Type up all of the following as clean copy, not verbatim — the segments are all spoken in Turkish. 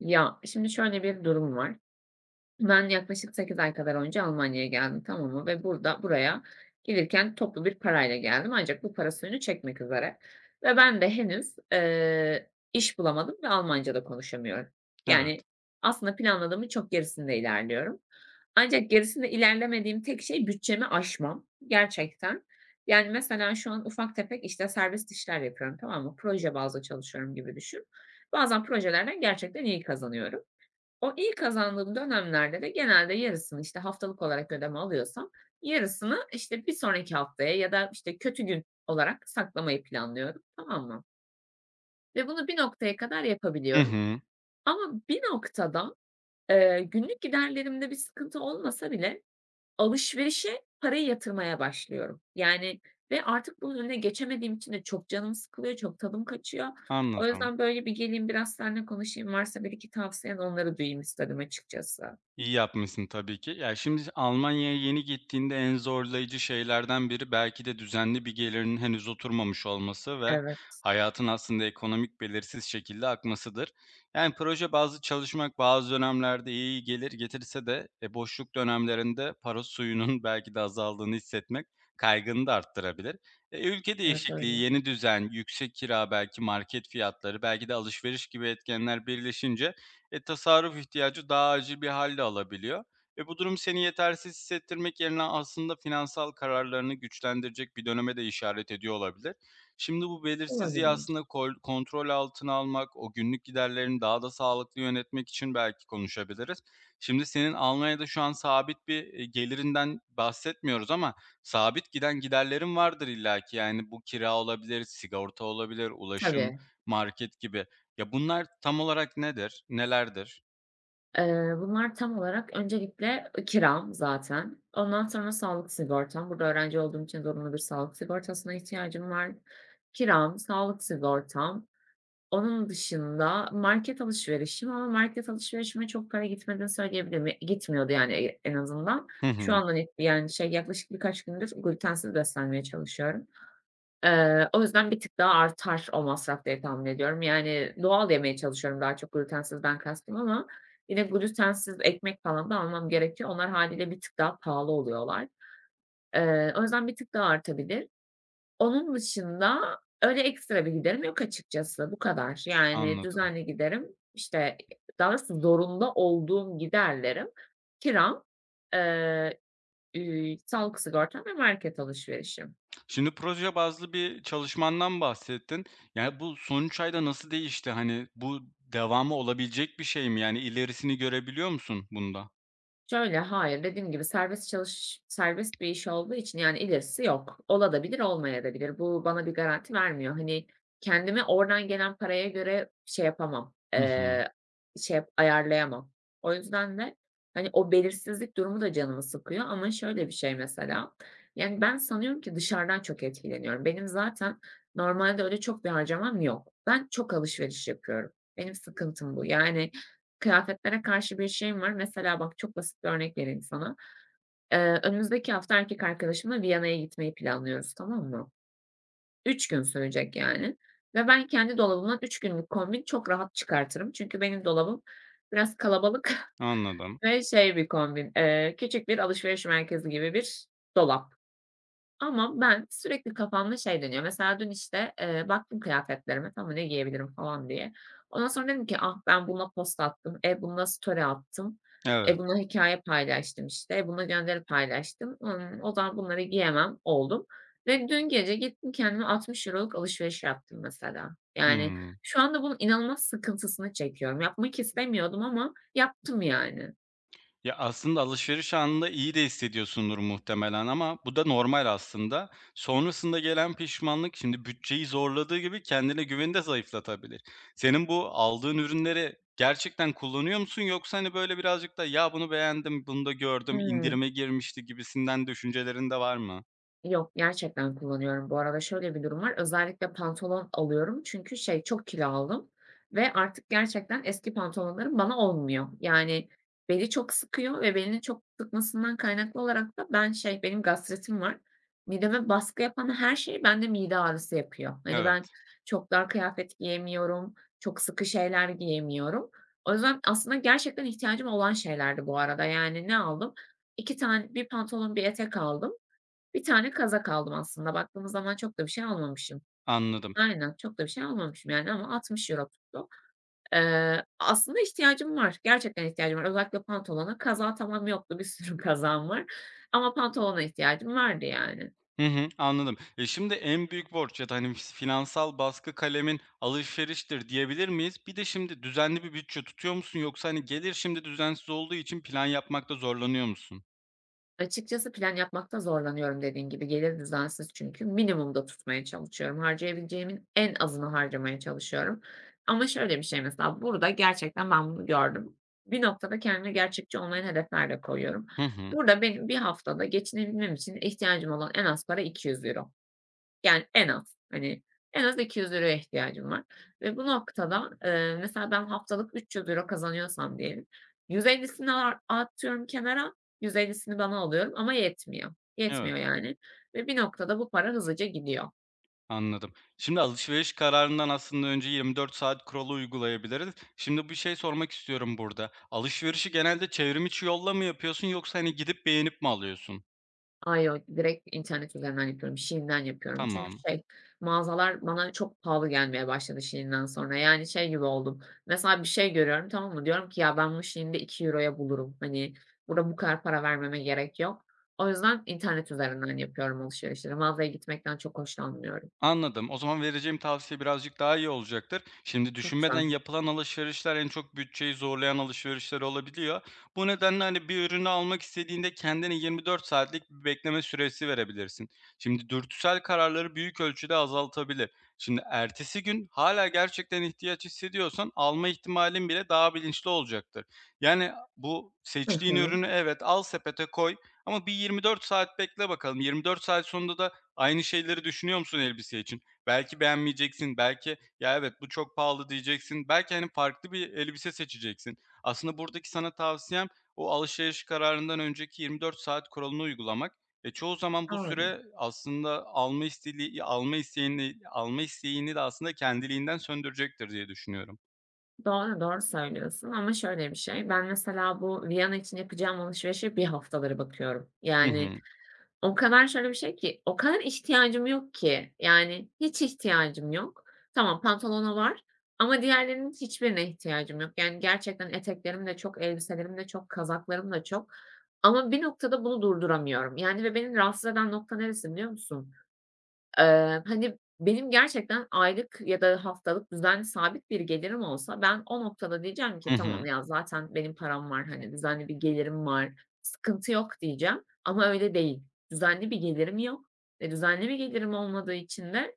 Ya, şimdi şöyle bir durum var. Ben yaklaşık 8 ay kadar önce Almanya'ya geldim, tamam mı? Ve burada buraya gelirken toplu bir parayla geldim ancak bu para suyunu çekmek üzere ve ben de henüz, iş bulamadım ve Almanca da konuşamıyorum. Evet. Yani, aslında planladığımın çok gerisinde ilerliyorum. Ancak gerisinde ilerlemediğim tek şey bütçemi aşmam, gerçekten. Yani, mesela şu an ufak tefek, işte, serbest işler yapıyorum, tamam mı? Proje bazlı çalışıyorum gibi düşün. Bazen projelerden gerçekten iyi kazanıyorum. O iyi kazandığım dönemlerde de genelde yarısını, işte, haftalık olarak ödeme alıyorsam yarısını, işte, bir sonraki haftaya ya da, işte, kötü gün olarak saklamayı planlıyorum, tamam mı? Ve bunu bir noktaya kadar Hı yapabiliyorum hı. ama bir noktada, günlük giderlerimde bir sıkıntı olmasa bile alışverişe parayı yatırmaya başlıyorum. Yani ve artık bunun önüne geçemediğim için de çok canım sıkılıyor, çok tadım kaçıyor. O Anladım. yüzden, böyle, bir geleyim biraz seninle konuşayım, varsa bir iki tavsiyen onları duyayım istedim açıkçası. İyi yapmışsın tabii ki. Ya, şimdi Almanya'ya yeni gittiğinde en zorlayıcı şeylerden biri belki de düzenli bir gelirin henüz oturmamış olması ve Evet. hayatın aslında ekonomik belirsiz şekilde akmasıdır. Yani, proje bazı çalışmak bazı dönemlerde iyi gelir getirse de, boşluk dönemlerinde para suyunun belki de azaldığını hissetmek kaygını da arttırabilir. Ülke Evet, değişikliği, öyle. yeni düzen, yüksek kira, belki market fiyatları, belki de alışveriş gibi etkenler birleşince tasarruf ihtiyacı daha acil bir hâl alabiliyor. Bu durum seni yetersiz hissettirmek yerine aslında finansal kararlarını güçlendirecek bir döneme de işaret ediyor olabilir. Şimdi bu belirsizliği Olabilir. aslında kontrol altına almak, o günlük giderlerini daha da sağlıklı yönetmek için belki konuşabiliriz. Şimdi senin Almanya'da şu an sabit bir gelirinden bahsetmiyoruz ama sabit giden giderlerin vardır illaki. Yani bu kira olabilir, sigorta olabilir, ulaşım, Tabii. market gibi. Ya, bunlar tam olarak nedir? Nelerdir? Bunlar tam olarak öncelikle, kiram zaten. Ondan sonra sağlık sigortam. Burada öğrenci olduğum için zorunlu bir sağlık sigortasına ihtiyacım var. Kiram, sağlık sigortam. Onun dışında market alışverişim ama market alışverişime çok para gitmediğini söyleyebilirim. Ya, gitmiyordu yani, en azından. Hı hı, Şu andan yani, şey, yaklaşık birkaç gündür glütensiz beslenmeye çalışıyorum. O yüzden bir tık daha artar o masraf diye tahmin ediyorum. Yani doğal yemeye çalışıyorum daha çok glutensizden kastım ama yine glutensiz ekmek falan da almam gerekiyor. Onlar hâliyle bir tık daha pahalı oluyorlar. O yüzden bir tık daha artabilir. Onun dışında öyle ekstra bir giderim yok açıkçası. Bu kadar. Yani anladım. düzenli giderim, işte, daha doğrusu zorunda olduğum giderlerim, kiram, eee, sağlık sigortam ve market alışverişim. Şimdi proje bazlı bir çalışmandan bahsettin. Yani, bu son 3 ayda nasıl değişti? Hani, bu devamı olabilecek bir şey mi? Yani, ilerisini görebiliyor musun bunda? Şöyle, hayır, dediğim gibi serbest bir iş olduğu için, yani, ilerisi yok. Ola da bilir, olmaya da bilir. Bu bana bir garanti vermiyor. Hani, kendimi oradan gelen paraya göre şey yapamam, Hı hı, şey yap ayarlayamam. O yüzden de, hani, o belirsizlik durumu da canımı sıkıyor ama şöyle bir şey mesela, yani, ben sanıyorum ki dışarıdan çok etkileniyorum. Benim zaten normalde öyle çok bir harcamam yok. Ben çok alışveriş yapıyorum. Benim sıkıntım bu. Yani, kıyafetlere karşı bir şeyim var. Mesela bak çok basit bir örnek vereyim sana. Önümüzdeki hafta erkek arkadaşımla Viyana'ya gitmeyi planlıyoruz, tamam mı? 3 gün sürecek yani ve ben kendi dolabımdan 3 günlük kombin çok rahat çıkartırım. Çünkü benim dolabım biraz kalabalık anladım. ve şey bir kombin, küçük bir alışveriş merkezi gibi bir dolap. Ama ben sürekli kafamda şey dönüyor. Mesela dün, işte, baktım kıyafetlerime, tamam, ne giyebilirim falan diye. Ondan sonra dedim ki, ah, ben buna post attım, buna story attım, Evet. Buna hikaye paylaştım, işte, buna gönderi paylaştım. O zaman bunları giyemem oldum ve dün gece gittim kendime €60'lık alışveriş yaptım mesela. Yani Hıı. şu anda bunun inanılmaz sıkıntısını çekiyorum. Yapmak istemiyordum ama yaptım yani. Ya, aslında alışveriş anında iyi de hissediyorsundur muhtemelen ama bu da normal aslında. Sonrasında gelen pişmanlık, şimdi bütçeyi zorladığı gibi kendine güveni de zayıflatabilir. Senin bu aldığın ürünleri gerçekten kullanıyor musun yoksa, hani, böyle, birazcık da "Ya, bunu beğendim, bunu da gördüm, Hmm. indirime girmişti." gibisinden düşüncelerin de var mı? Yok, gerçekten kullanıyorum. Bu arada şöyle bir durum var. Özellikle pantolon alıyorum çünkü şey, çok kilo aldım ve artık gerçekten eski pantolonlarım bana olmuyor. Yani beli çok sıkıyor ve belinin çok sıkmasından kaynaklı olarak da ben şey, benim gastritim var. Mideme baskı yapan her şey bende mide ağrısı yapıyor. Hani ben Evet, çok dar kıyafet giyemiyorum, çok sıkı şeyler giyemiyorum. O yüzden aslında gerçekten ihtiyacım olan şeylerdi bu arada. Yani ne aldım? 2 tane, bir pantolon, bir etek aldım. Bir tane kazak aldım aslında. Baktığımız zaman çok da bir şey almamışım. anladım. Aynen, çok da bir şey almamışım yani ama 60 euro tuttu. Aslında ihtiyacım var. Gerçekten ihtiyacım var. Özellikle pantolona. Kazağa tamam yoktu, bir sürü kazağım var ama pantolona ihtiyacım vardı yani. Hı hı, anladım. Şimdi en büyük borç ya da, hani, finansal baskı kalemin alışveriştir diyebilir miyiz? Bir de şimdi düzenli bir bütçe tutuyor musun yoksa, hani, gelir şimdi düzensiz olduğu için plan yapmakta zorlanıyor musun? Açıkçası plan yapmakta zorlanıyorum dediğin gibi. Gelir düzensiz çünkü. Minimumda tutmaya çalışıyorum. Harcayabileceğimin en azını harcamaya çalışıyorum. Ama şöyle bir şey mesela burada gerçekten ben bunu gördüm. Bir noktada kendime gerçekçi olmayan hedefler de koyuyorum. Hı hı. Burada benim bir haftada geçinebilmem için ihtiyacım olan en az para 200 euro. Yani en az, hani, en az ₺200'ya ihtiyacım var ve bu noktada, mesela ben haftalık ₺300 kazanıyorsam diyelim, 150'sini atıyorum kenara, 150'sini bana alıyorum ama yetmiyor. Evet, Yetmiyor yani ve bir noktada bu para hızlıca gidiyor. anladım. Şimdi alışveriş kararından aslında önce 24 saat kuralı uygulayabiliriz. Şimdi bir şey sormak istiyorum burada. Alışverişi genelde çevrim içi yolla mı yapıyorsun yoksa, hani, gidip beğenip mi alıyorsun? A, yok. Direkt internet üzerinden yapıyorum. Shein'den yapıyorum. Çünkü Tamam. şey, mağazalar bana çok pahalı gelmeye başladı Shein'den sonra. Yani şey gibi oldum. Mesela bir şey görüyorum, tamam mı? Diyorum ki ya ben bunu Shein'de 2 euroya bulurum. Hani burada bu kadar para vermeme gerek yok. O yüzden internet üzerinden yapıyorum alışverişleri. Mağazaya gitmekten çok hoşlanmıyorum. Anladım. O zaman vereceğim tavsiye birazcık daha iyi olacaktır. Şimdi düşünmeden Lütfen. yapılan alışverişler en çok bütçeyi zorlayan alışverişler olabiliyor. Bu nedenle hani bir ürünü almak istediğinde kendine 24 saatlik bir bekleme süresi verebilirsin. Şimdi dürtüsel kararları büyük ölçüde azaltabilir. Şimdi ertesi gün hala gerçekten ihtiyaç hissediyorsan alma ihtimalin bile daha bilinçli olacaktır. Yani bu Hı seçtiğin hı. ürünü evet al sepete koy ama bir 24 saat bekle bakalım. 24 saat sonunda da aynı şeyleri düşünüyor musun elbise için? Belki beğenmeyeceksin, belki "Ya, evet, bu çok pahalı." diyeceksin. Belki, hani, farklı bir elbise seçeceksin. Aslında buradaki sana tavsiyem o alışveriş kararından önceki 24 saat kuralını uygulamak. Çoğu zaman bu Doğru. süre aslında alma isteğini de aslında kendiliğinden söndürecektir diye düşünüyorum. Doğru, doğru söylüyorsun ama şöyle bir şey, ben mesela bu Viyana için yapacağım alışverişe bir haftaları bakıyorum. Hı Yani hı. o kadar şöyle bir şey ki, o kadar ihtiyacım yok ki, yani hiç ihtiyacım yok. Tamam, pantolona var ama diğerlerinin hiçbirine ihtiyacım yok. Yani gerçekten eteklerim de çok, elbiselerim de çok, kazaklarım da çok ama bir noktada bunu durduramıyorum. Yani ve beni rahatsız eden nokta neresi biliyor musun? Hani, benim gerçekten aylık ya da haftalık düzenli sabit bir gelirim olsa ben o noktada diyeceğim ki Hı hı. "Tamam ya, zaten benim param var, hani, düzenli bir gelirim var, sıkıntı yok." diyeceğim ama öyle değil. Düzenli bir gelirim yok. Ve düzenli bir gelirim olmadığı için de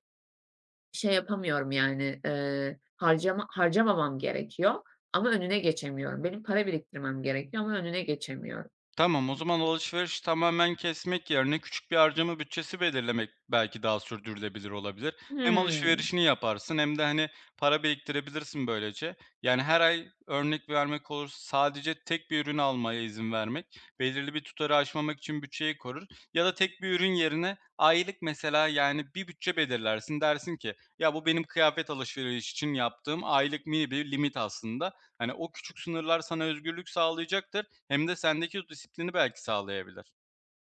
şey yapamıyorum, yani, harcamamam gerekiyor ama önüne geçemiyorum. Benim para biriktirmem gerekiyor ama önüne geçemiyorum. Tamam, o zaman alışveriş tamamen kesmek yerine küçük bir harcama bütçesi belirlemek belki daha sürdürülebilir olabilir. Hem Hımm. alışverişini yaparsın hem de, hani, para biriktirebilirsin böylece. Yani, her ay örnek vermek olursa sadece tek bir ürün almaya izin vermek, belirli bir tutarı aşmamak için bütçeyi korur ya da tek bir ürün yerine aylık mesela, yani, bir bütçe belirlersin. Dersin ki, "Ya, bu benim kıyafet alışveriş için yaptığım aylık mini bir limit aslında." Hani, o küçük sınırlar sana özgürlük sağlayacaktır hem de sendeki o disiplini belki sağlayabilir.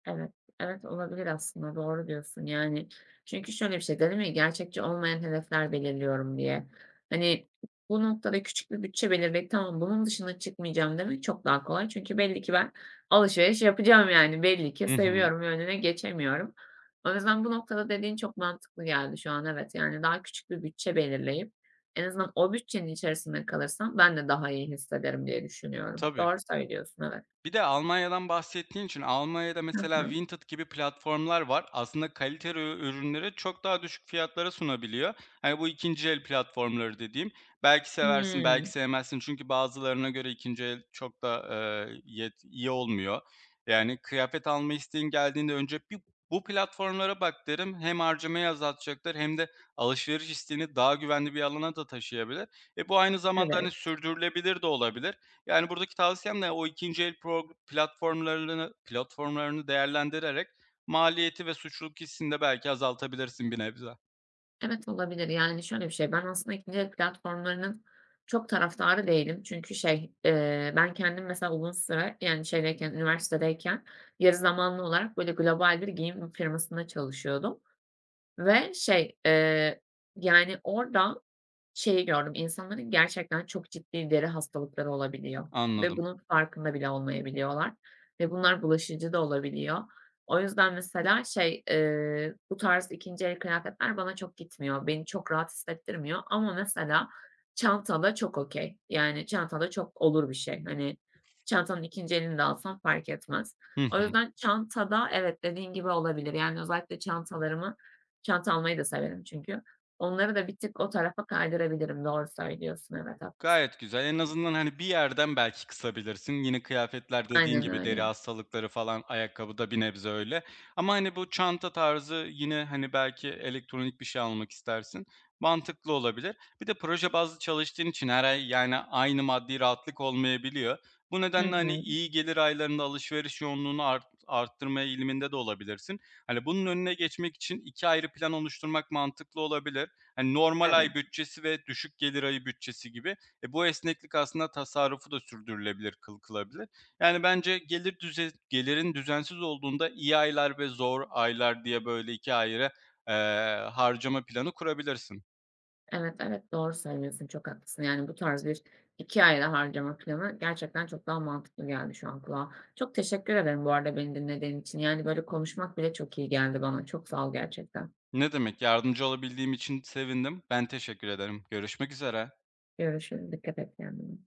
Evet, evet olabilir aslında doğru diyorsun. Yani çünkü şöyle bir şey dedim ya gerçekçi olmayan hedefler belirliyorum diye. Hani bu noktada küçük bir bütçe belirleyip tamam bunun dışına çıkmayacağım demek çok daha kolay. Çünkü belli ki ben alışveriş yapacağım yani belli ki Hı hı. seviyorum ve önüne geçemiyorum. O yüzden bu noktada dediğin çok mantıklı geldi şu an evet. Yani daha küçük bir bütçe belirleyip en azından o bütçenin içerisinde kalırsam ben de daha iyi hissederim diye düşünüyorum. Tabii. Doğru söylüyorsun evet. Bir de Almanya'dan bahsettiğin için Almanya'da Hı mesela hı. Vinted gibi platformlar var. Aslında kaliteli ürünleri çok daha düşük fiyatlara sunabiliyor. Hani bu ikinci el platformları dediğim. Belki seversin, belki Hmm, sevmezsin çünkü bazılarına göre ikinci el çok da, yet iyi olmuyor. Yani kıyafet alma isteğin geldiğinde önce bir bu platformlara bak derim. Hem harcamayı azaltacaktır hem de alışveriş isteğini daha güvenli bir alana da taşıyabilir. Bu aynı zamanda, evet. hani, sürdürülebilir de olabilir. Yani, buradaki tavsiyem de o ikinci el prog platformlarını platformlarını değerlendirerek maliyeti ve suçluluk hissini de belki azaltabilirsin bir nebze. Evet, olabilir. Yani, şöyle bir şey, ben aslında ikinci el platformlarının çok taraftarı değilim. Çünkü şey, ben kendim mesela uzun süre, yani, şeydeyken, üniversitedeyken yarı zamanlı olarak böyle global bir giyim firmasında çalışıyordum ve şey, yani, orada şeyi gördüm, insanların gerçekten çok ciddi deri hastalıkları olabiliyor ve Anladım. bunun farkında bile olmayabiliyorlar ve bunlar bulaşıcı da olabiliyor. O yüzden mesela şey, bu tarz 2'nci el kıyafetler bana çok gitmiyor, beni çok rahat hissettirmiyor ama mesela çantada çok okay. Yani çantada çok olur bir şey. Hani çantanın 2'nci elini de alsam fark etmez. Hı O hı. yüzden çantada evet, dediğin gibi olabilir. Yani özellikle çanta almayı da severim çünkü. Onları da bir tık o tarafa kaydırabilirim. Doğru söylüyorsun, evet, haklısın. Gayet güzel. En azından, hani, bir yerden belki kısabilirsin. Yine kıyafetler dediğin Aynen gibi deri öyle. hastalıkları falan, ayakkabıda bir nebze öyle. Ama, hani, bu çanta tarzı yine, hani, belki elektronik bir şey almak istersin. Mantıklı olabilir. Bir de proje bazlı çalıştığın için her ay, yani, aynı maddi rahatlık olmayabiliyor. Bu Hı nedenle, hani, hı. iyi gelir aylarında alışveriş yoğunluğunu arttırma eğiliminde de olabilirsin. Hani, bunun önüne geçmek için 2 ayrı plan oluşturmak mantıklı olabilir. Hani, normal Evet, ay bütçesi ve düşük gelir ayı bütçesi gibi. Bu esneklik aslında tasarrufu da sürdürülebilir kılabilir. Yani bence gelirin düzensiz olduğunda iyi aylar ve zor aylar diye böyle 2 ayrı, eee, harcama planı kurabilirsin. evet, evet, doğru söylüyorsun, çok haklısın. Yani bu tarz bir 2 ayda harcama planı gerçekten çok daha mantıklı geldi şu an kulağa. Çok teşekkür ederim bu arada beni dinlediğin için. Yani böyle konuşmak bile çok iyi geldi bana. Çok sağ ol gerçekten. Ne demek, yardımcı olabildiğim için sevindim. Ben teşekkür ederim. Görüşmek üzere. Görüşürüz. Dikkat et kendine.